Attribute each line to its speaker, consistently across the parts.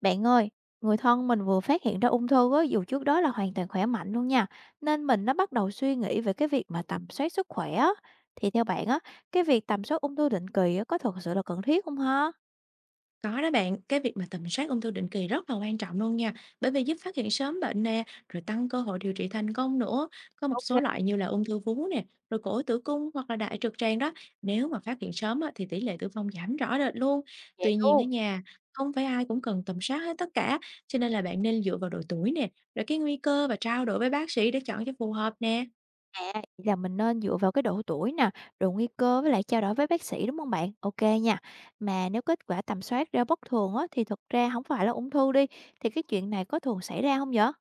Speaker 1: Bạn ơi, người thân mình vừa phát hiện ra ung thư á, dù trước đó là hoàn toàn khỏe mạnh luôn nha. Nên mình nó bắt đầu suy nghĩ về cái việc mà tầm soát sức khỏe á. Thì theo bạn á, cái việc tầm soát ung thư định kỳ á, có thực sự là cần thiết không ha?
Speaker 2: Có đó bạn, cái việc mà tầm soát ung thư định kỳ rất là quan trọng luôn nha, bởi vì giúp phát hiện sớm bệnh nè, rồi tăng cơ hội điều trị thành công nữa. Có một
Speaker 1: Ok,
Speaker 2: số loại như là ung thư vú nè, rồi cổ tử cung hoặc là đại trực tràng đó, nếu mà phát hiện sớm á, thì tỷ lệ tử vong giảm rõ rệt luôn.
Speaker 1: vậy
Speaker 2: Tuy nhiên ở
Speaker 1: luôn.
Speaker 2: nhà, không phải ai cũng cần tầm soát hết tất cả, cho nên là bạn nên dựa vào độ tuổi nè, rồi cái nguy cơ và trao đổi với bác sĩ để chọn cho phù hợp nè.
Speaker 1: À, vậy là mình nên dựa vào cái độ tuổi nè, độ nguy cơ với lại trao đổi với bác sĩ đúng không bạn? Ok nha. Mà nếu kết quả tầm soát ra bất thường á, thì thực ra không phải là ung thư đi, thì cái chuyện này có thường xảy ra không vậy?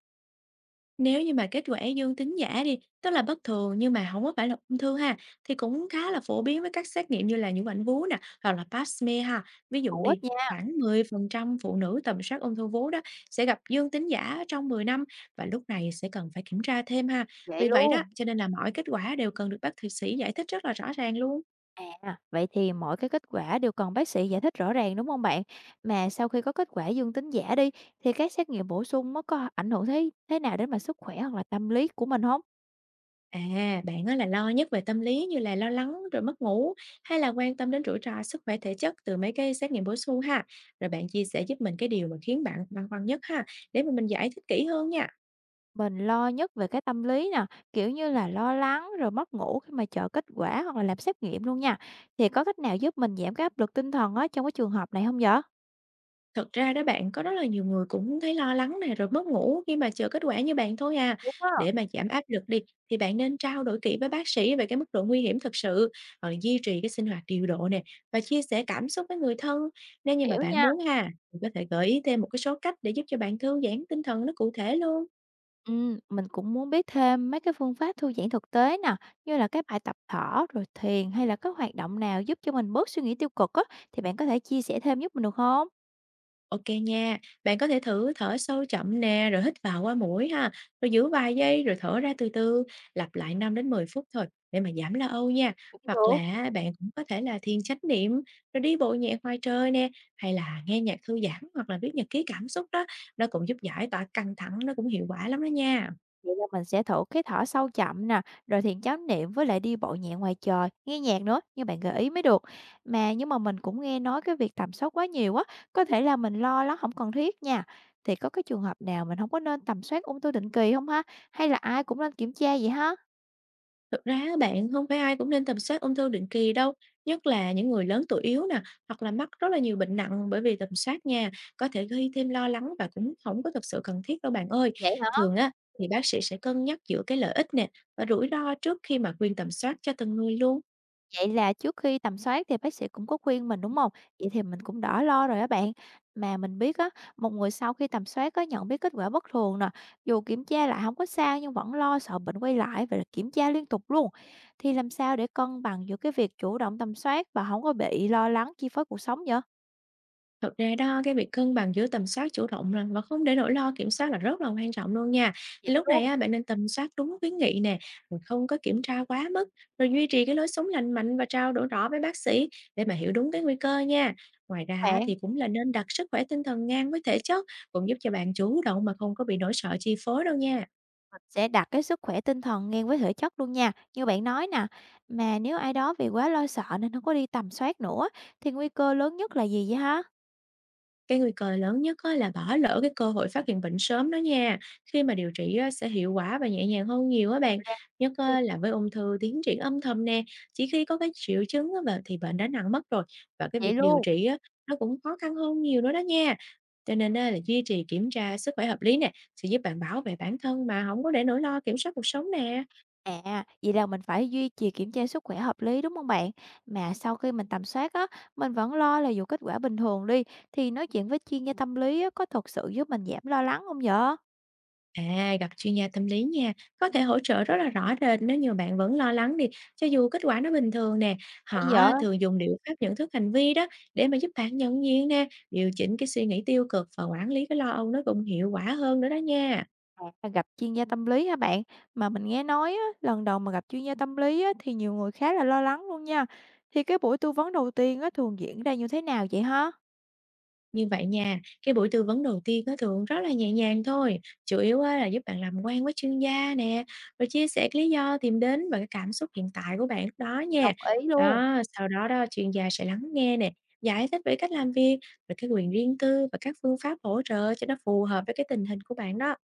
Speaker 2: Nếu như mà kết quả dương tính giả đi, tức là bất thường nhưng mà không có phải là ung thư ha, thì cũng khá là phổ biến với các xét nghiệm như là nhũ ảnh vú nè, hoặc là Pap smear ha. Ví dụ
Speaker 1: Hữu
Speaker 2: đi,
Speaker 1: ích nha.
Speaker 2: khoảng 10% phụ nữ tầm soát ung thư vú đó sẽ gặp dương tính giả trong 10 năm và lúc này sẽ cần phải kiểm tra thêm ha.
Speaker 1: Vậy
Speaker 2: Vì vậy đó,
Speaker 1: luôn.
Speaker 2: cho nên là mọi kết quả đều cần được bác thạc sĩ giải thích rất là rõ ràng luôn.
Speaker 1: À, vậy thì mỗi cái kết quả đều cần bác sĩ giải thích rõ ràng đúng không bạn? Mà sau khi có kết quả dương tính giả đi thì các xét nghiệm bổ sung nó có ảnh hưởng thế thế nào đến mà sức khỏe hoặc là tâm lý của mình không?
Speaker 2: À, bạn á là lo nhất về tâm lý như là lo lắng rồi mất ngủ hay là quan tâm đến rủi ro sức khỏe thể chất từ mấy cái xét nghiệm bổ sung ha. Rồi bạn chia sẻ giúp mình cái điều mà khiến bạn băn khoăn nhất ha để mà mình giải thích kỹ hơn nha.
Speaker 1: Mình lo nhất về cái tâm lý nè, kiểu như là lo lắng rồi mất ngủ khi mà chờ kết quả hoặc là làm xét nghiệm luôn nha. Thì có cách nào giúp mình giảm cái áp lực tinh thần á trong cái trường hợp này không vậy?
Speaker 2: Thật ra đó bạn, có rất là nhiều người cũng thấy lo lắng nè, rồi mất ngủ khi mà chờ kết quả như bạn thôi à.
Speaker 1: Đúng không?
Speaker 2: Để mà giảm áp lực đi, thì bạn nên trao đổi kỹ với bác sĩ về cái mức độ nguy hiểm thật sự, rồi duy trì cái sinh hoạt điều độ nè, và chia sẻ cảm xúc với người thân. Nếu như mà
Speaker 1: Hiểu
Speaker 2: bạn
Speaker 1: nha.
Speaker 2: muốn ha, mình có thể gợi ý thêm một cái số cách để giúp cho bạn thư giãn tinh thần nó cụ thể luôn.
Speaker 1: Mình cũng muốn biết thêm mấy cái phương pháp thư giãn thực tế nè, như là cái bài tập thở, rồi thiền hay là các hoạt động nào giúp cho mình bớt suy nghĩ tiêu cực á, thì bạn có thể chia sẻ thêm giúp mình được không?
Speaker 2: OK nha. Bạn có thể thử thở sâu chậm nè, rồi hít vào qua mũi ha, rồi giữ vài giây rồi thở ra từ từ, lặp lại 5 đến 10 phút thôi để mà giảm lo âu nha.
Speaker 1: Cũng
Speaker 2: Hoặc
Speaker 1: được.
Speaker 2: là bạn cũng có thể là thiền chánh niệm, rồi đi bộ nhẹ ngoài trời nè, hay là nghe nhạc thư giãn hoặc là viết nhật ký cảm xúc đó, nó cũng giúp giải tỏa căng thẳng, nó cũng hiệu quả lắm đó nha.
Speaker 1: Vậy là mình sẽ thử cái thở sâu chậm nè, rồi thiền chánh niệm với lại đi bộ nhẹ ngoài trời, nghe nhạc nữa, như bạn gợi ý mới được. Mà nhưng mà mình cũng nghe nói cái việc tầm soát quá nhiều á, có thể là mình lo lắng không cần thiết nha. Thì có cái trường hợp nào mình không có nên tầm soát ung thư định kỳ không ha? Hay là ai cũng nên kiểm tra vậy ha?
Speaker 2: Thực ra á bạn, không phải ai cũng nên tầm soát ung thư định kỳ đâu, nhất là những người lớn tuổi yếu nè, hoặc là mắc rất là nhiều bệnh nặng bởi vì tầm soát nha, có thể gây thêm lo lắng và cũng không có thực sự cần thiết đâu bạn ơi.
Speaker 1: Vậy.
Speaker 2: Thường á, thì bác sĩ sẽ cân nhắc giữa cái lợi ích nè và rủi ro trước khi mà khuyên tầm soát cho từng người luôn.
Speaker 1: Vậy là trước khi tầm soát thì bác sĩ cũng có khuyên mình, đúng không? Vậy thì mình cũng đỡ lo rồi á bạn. Mà mình biết á, một người sau khi tầm soát có nhận biết kết quả bất thường nè, dù kiểm tra lại không có sao nhưng vẫn lo sợ bệnh quay lại và kiểm tra liên tục luôn. Thì làm sao để cân bằng giữa cái việc chủ động tầm soát và không có bị lo lắng chi phối cuộc sống vậy?
Speaker 2: Thật ra đó, cái việc cân bằng giữa tầm soát chủ động nè và không để nỗi lo kiểm soát là rất là quan trọng luôn nha.
Speaker 1: Vậy
Speaker 2: Thì lúc này
Speaker 1: luôn.
Speaker 2: á, bạn nên tầm soát đúng khuyến nghị nè, rồi không có kiểm tra quá mức, rồi duy trì cái lối sống lành mạnh và trao đổi rõ với bác sĩ để mà hiểu đúng cái nguy cơ nha. Ngoài ra á,
Speaker 1: Bạn,
Speaker 2: thì cũng là nên đặt sức khỏe tinh thần ngang với thể chất, cũng giúp cho bạn chủ động mà không có bị nỗi sợ chi phối đâu nha.
Speaker 1: mình sẽ đặt cái sức khỏe tinh thần ngang với thể chất luôn nha, như bạn nói nè. Mà nếu ai đó vì quá lo sợ nên không có đi tầm soát nữa, thì nguy cơ lớn nhất là gì vậy hả?
Speaker 2: Cái nguy cơ lớn nhất á là bỏ lỡ cái cơ hội phát hiện bệnh sớm đó nha, khi mà điều trị á sẽ hiệu quả và nhẹ nhàng hơn nhiều á bạn.
Speaker 1: Ra.
Speaker 2: Nhất á là với ung thư tiến triển âm thầm nè, chỉ khi có cái triệu chứng á và thì bệnh đã nặng mất rồi và cái
Speaker 1: Vậy
Speaker 2: việc điều
Speaker 1: luôn?
Speaker 2: trị á nó cũng khó khăn hơn nhiều nữa đó nha. Cho nên á là duy trì kiểm tra sức khỏe hợp lý nè, sẽ giúp bạn bảo vệ bản thân mà không có để nỗi lo kiểm soát cuộc sống nè.
Speaker 1: À, vậy là mình phải duy trì kiểm tra sức khỏe hợp lý, đúng không bạn? Mà sau khi mình tầm soát á, mình vẫn lo là dù kết quả bình thường đi, thì nói chuyện với chuyên gia tâm lý á, có thật sự giúp mình giảm lo lắng không vậy?
Speaker 2: À, gặp chuyên gia tâm lý nha, có thể hỗ trợ rất là rõ rệt nếu như bạn vẫn lo lắng đi, cho dù kết quả nó bình thường nè,
Speaker 1: Hay
Speaker 2: họ
Speaker 1: vậy?
Speaker 2: thường dùng liệu pháp nhận thức hành vi đó để mà giúp bạn nhận diện nè, điều chỉnh cái suy nghĩ tiêu cực và quản lý cái lo âu nó cũng hiệu quả hơn nữa đó nha.
Speaker 1: À, gặp chuyên gia tâm lý hả bạn? Mà mình nghe nói á, lần đầu mà gặp chuyên gia tâm lý á, thì nhiều người khá là lo lắng luôn nha. Thì cái buổi tư vấn đầu tiên á, thường diễn ra như thế nào vậy hả?
Speaker 2: Như vậy nha, cái buổi tư vấn đầu tiên nó thường rất là nhẹ nhàng thôi, chủ yếu á là giúp bạn làm quen với chuyên gia nè, rồi chia sẻ cái lý do tìm đến và cái cảm xúc hiện tại của bạn lúc đó nha.
Speaker 1: Đồng ý luôn.
Speaker 2: Đó, sau đó đó chuyên gia sẽ lắng nghe nè, giải thích về cách làm việc, về cái quyền riêng tư và các phương pháp hỗ trợ cho nó phù hợp với cái tình hình của bạn đó.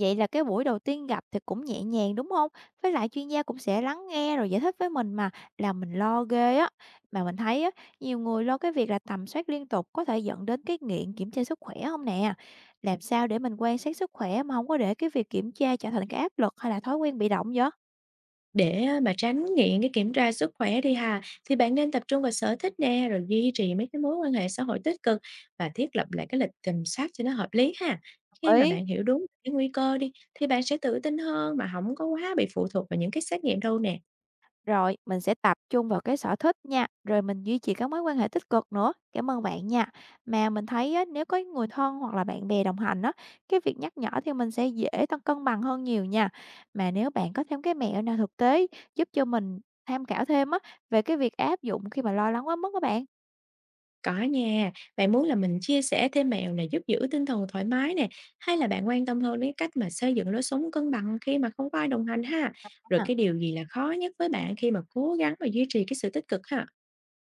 Speaker 1: Vậy là cái buổi đầu tiên gặp thì cũng nhẹ nhàng, đúng không? Với lại chuyên gia cũng sẽ lắng nghe rồi giải thích với mình mà, là mình lo ghê á. Mà mình thấy á, nhiều người lo cái việc là tầm soát liên tục có thể dẫn đến cái nghiện kiểm tra sức khỏe không nè? Làm sao để mình quan sát sức khỏe mà không có để cái việc kiểm tra trở thành cái áp lực hay là thói quen bị động vậy?
Speaker 2: Để á mà tránh nghiện cái kiểm tra sức khỏe đi ha, thì bạn nên tập trung vào sở thích nè, rồi duy trì mấy cái mối quan hệ xã hội tích cực và thiết lập lại cái lịch tầm soát cho nó hợp lý ha. Khi
Speaker 1: Đồng
Speaker 2: mà
Speaker 1: ý.
Speaker 2: bạn hiểu đúng cái nguy cơ đi, thì bạn sẽ tự tin hơn mà không có quá bị phụ thuộc vào những cái xét nghiệm đâu nè.
Speaker 1: Rồi, mình sẽ tập trung vào cái sở thích nha, rồi mình duy trì các mối quan hệ tích cực nữa. Cảm ơn bạn nha. Mà mình thấy á, nếu có người thân hoặc là bạn bè đồng hành á, cái việc nhắc nhở thì mình sẽ dễ tăng cân bằng hơn nhiều nha. Mà nếu bạn có thêm cái mẹo nào thực tế giúp cho mình tham khảo thêm á về cái việc áp dụng khi mà lo lắng quá mức các bạn.
Speaker 2: Có nha, bạn muốn là mình chia sẻ thêm mẹo này giúp giữ tinh thần thoải mái nè, hay là bạn quan tâm hơn đến cách mà xây dựng lối sống cân bằng khi mà không có ai đồng hành ha? Rồi
Speaker 1: À.
Speaker 2: cái điều gì là khó nhất với bạn khi mà cố gắng mà duy trì cái sự tích cực ha?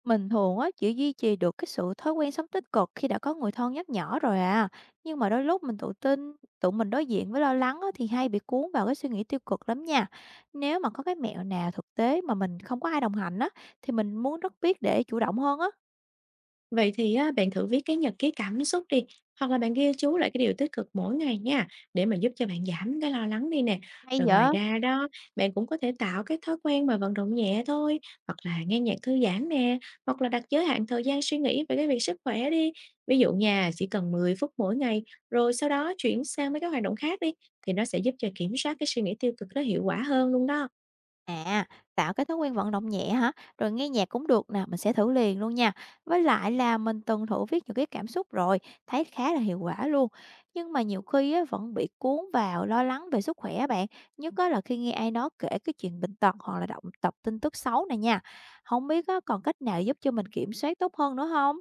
Speaker 1: Mình thường á chỉ duy trì được cái sự thói quen sống tích cực khi đã có người thân nhắc nhở rồi à. Nhưng mà đôi lúc mình tự tin, tụi mình đối diện với lo lắng á, thì hay bị cuốn vào cái suy nghĩ tiêu cực lắm nha. Nếu mà có cái mẹo nào thực tế mà mình không có ai đồng hành á thì mình muốn rất biết để chủ động hơn á.
Speaker 2: Vậy thì á, bạn thử viết cái nhật ký cảm xúc đi, hoặc là bạn ghi chú lại cái điều tích cực mỗi ngày nha, để mà giúp cho bạn giảm cái lo lắng đi nè.
Speaker 1: Hay
Speaker 2: Rồi ngoài
Speaker 1: vậy?
Speaker 2: ra đó, bạn cũng có thể tạo cái thói quen mà vận động nhẹ thôi, hoặc là nghe nhạc thư giãn nè, hoặc là đặt giới hạn thời gian suy nghĩ về cái việc sức khỏe đi. Ví dụ nha, chỉ cần 10 phút mỗi ngày, rồi sau đó chuyển sang mấy cái hoạt động khác đi, thì nó sẽ giúp cho kiểm soát cái suy nghĩ tiêu cực đó hiệu quả hơn luôn đó.
Speaker 1: À, tạo cái thói quen vận động nhẹ hả? Rồi nghe nhạc cũng được nè, mình sẽ thử liền luôn nha. Với lại là mình từng thử viết nhật ký cảm xúc rồi, thấy khá là hiệu quả luôn. Nhưng mà nhiều khi á, vẫn bị cuốn vào lo lắng về sức khỏe bạn. Nhất á là khi nghe ai đó kể cái chuyện bệnh tật hoặc là động tập tin tức xấu này nha. Không biết á, còn cách nào giúp cho mình kiểm soát tốt hơn nữa không?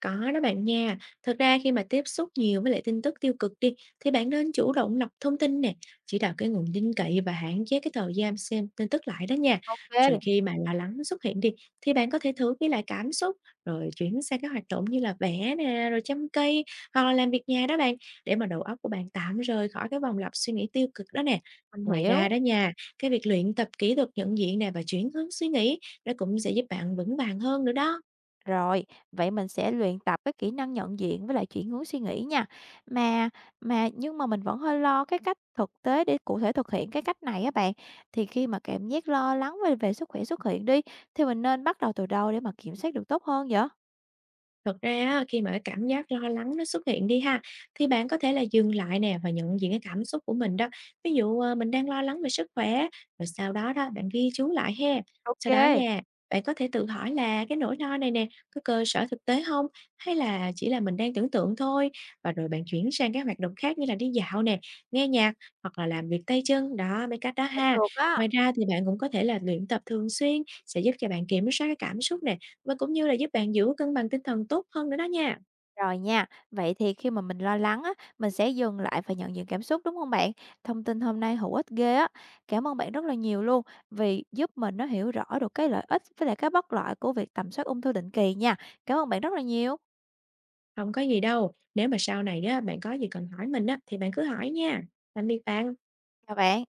Speaker 2: Có đó bạn nha. Thật ra khi mà tiếp xúc nhiều với lại tin tức tiêu cực đi thì bạn nên chủ động lọc thông tin nè, chỉ đọc cái nguồn tin cậy và hạn chế cái thời gian xem tin tức lại đó nha. Rồi
Speaker 1: Ok,
Speaker 2: khi mà lo lắng xuất hiện đi thì bạn có thể thử ghi lại cảm xúc rồi chuyển sang các hoạt động như là vẽ nè, rồi chăm cây hoặc là làm việc nhà đó bạn, để mà đầu óc của bạn tạm rời khỏi cái vòng lặp suy nghĩ tiêu cực đó nè.
Speaker 1: mình
Speaker 2: Ngoài ra
Speaker 1: hiểu.
Speaker 2: đó nha, cái việc luyện tập kỹ thuật nhận diện nè và chuyển hướng suy nghĩ nó cũng sẽ giúp bạn vững vàng hơn nữa đó.
Speaker 1: Rồi, vậy mình sẽ luyện tập cái kỹ năng nhận diện với lại chuyển hướng suy nghĩ nha. Mà mà nhưng mà mình vẫn hơi lo cái cách thực tế để cụ thể thực hiện cái cách này á bạn. Thì khi mà cảm giác lo lắng về về sức khỏe xuất hiện đi thì mình nên bắt đầu từ đâu để mà kiểm soát được tốt hơn vậy?
Speaker 2: Thật ra á, khi mà cái cảm giác lo lắng nó xuất hiện đi ha, thì bạn có thể là dừng lại nè và nhận diện cái cảm xúc của mình đó. Ví dụ mình đang lo lắng về sức khỏe, rồi sau đó đó bạn ghi chú lại ha. Sau đó
Speaker 1: Ok,
Speaker 2: nha, bạn có thể tự hỏi là cái nỗi lo này nè có cơ sở thực tế không, hay là chỉ là mình đang tưởng tượng thôi, và rồi bạn chuyển sang các hoạt động khác như là đi dạo nè, nghe nhạc hoặc là làm việc tay chân đó, mấy cách đó
Speaker 1: cũng
Speaker 2: ha.
Speaker 1: được á.
Speaker 2: Ngoài ra thì bạn cũng có thể là luyện tập thường xuyên sẽ giúp cho bạn kiểm soát cái cảm xúc nè và cũng như là giúp bạn giữ cân bằng tinh thần tốt hơn nữa đó nha.
Speaker 1: Rồi nha, vậy thì khi mà mình lo lắng á, mình sẽ dừng lại và nhận diện cảm xúc đúng không bạn? Thông tin hôm nay hữu ích ghê á. Cảm ơn bạn rất là nhiều luôn vì giúp mình nó hiểu rõ được cái lợi ích với lại cái bất lợi của việc tầm soát ung thư định kỳ nha. Cảm ơn bạn rất là nhiều.
Speaker 2: Không có gì đâu, nếu mà sau này đó bạn có gì cần hỏi mình á, thì bạn cứ hỏi nha. Tạm biệt bạn.
Speaker 1: Chào bạn.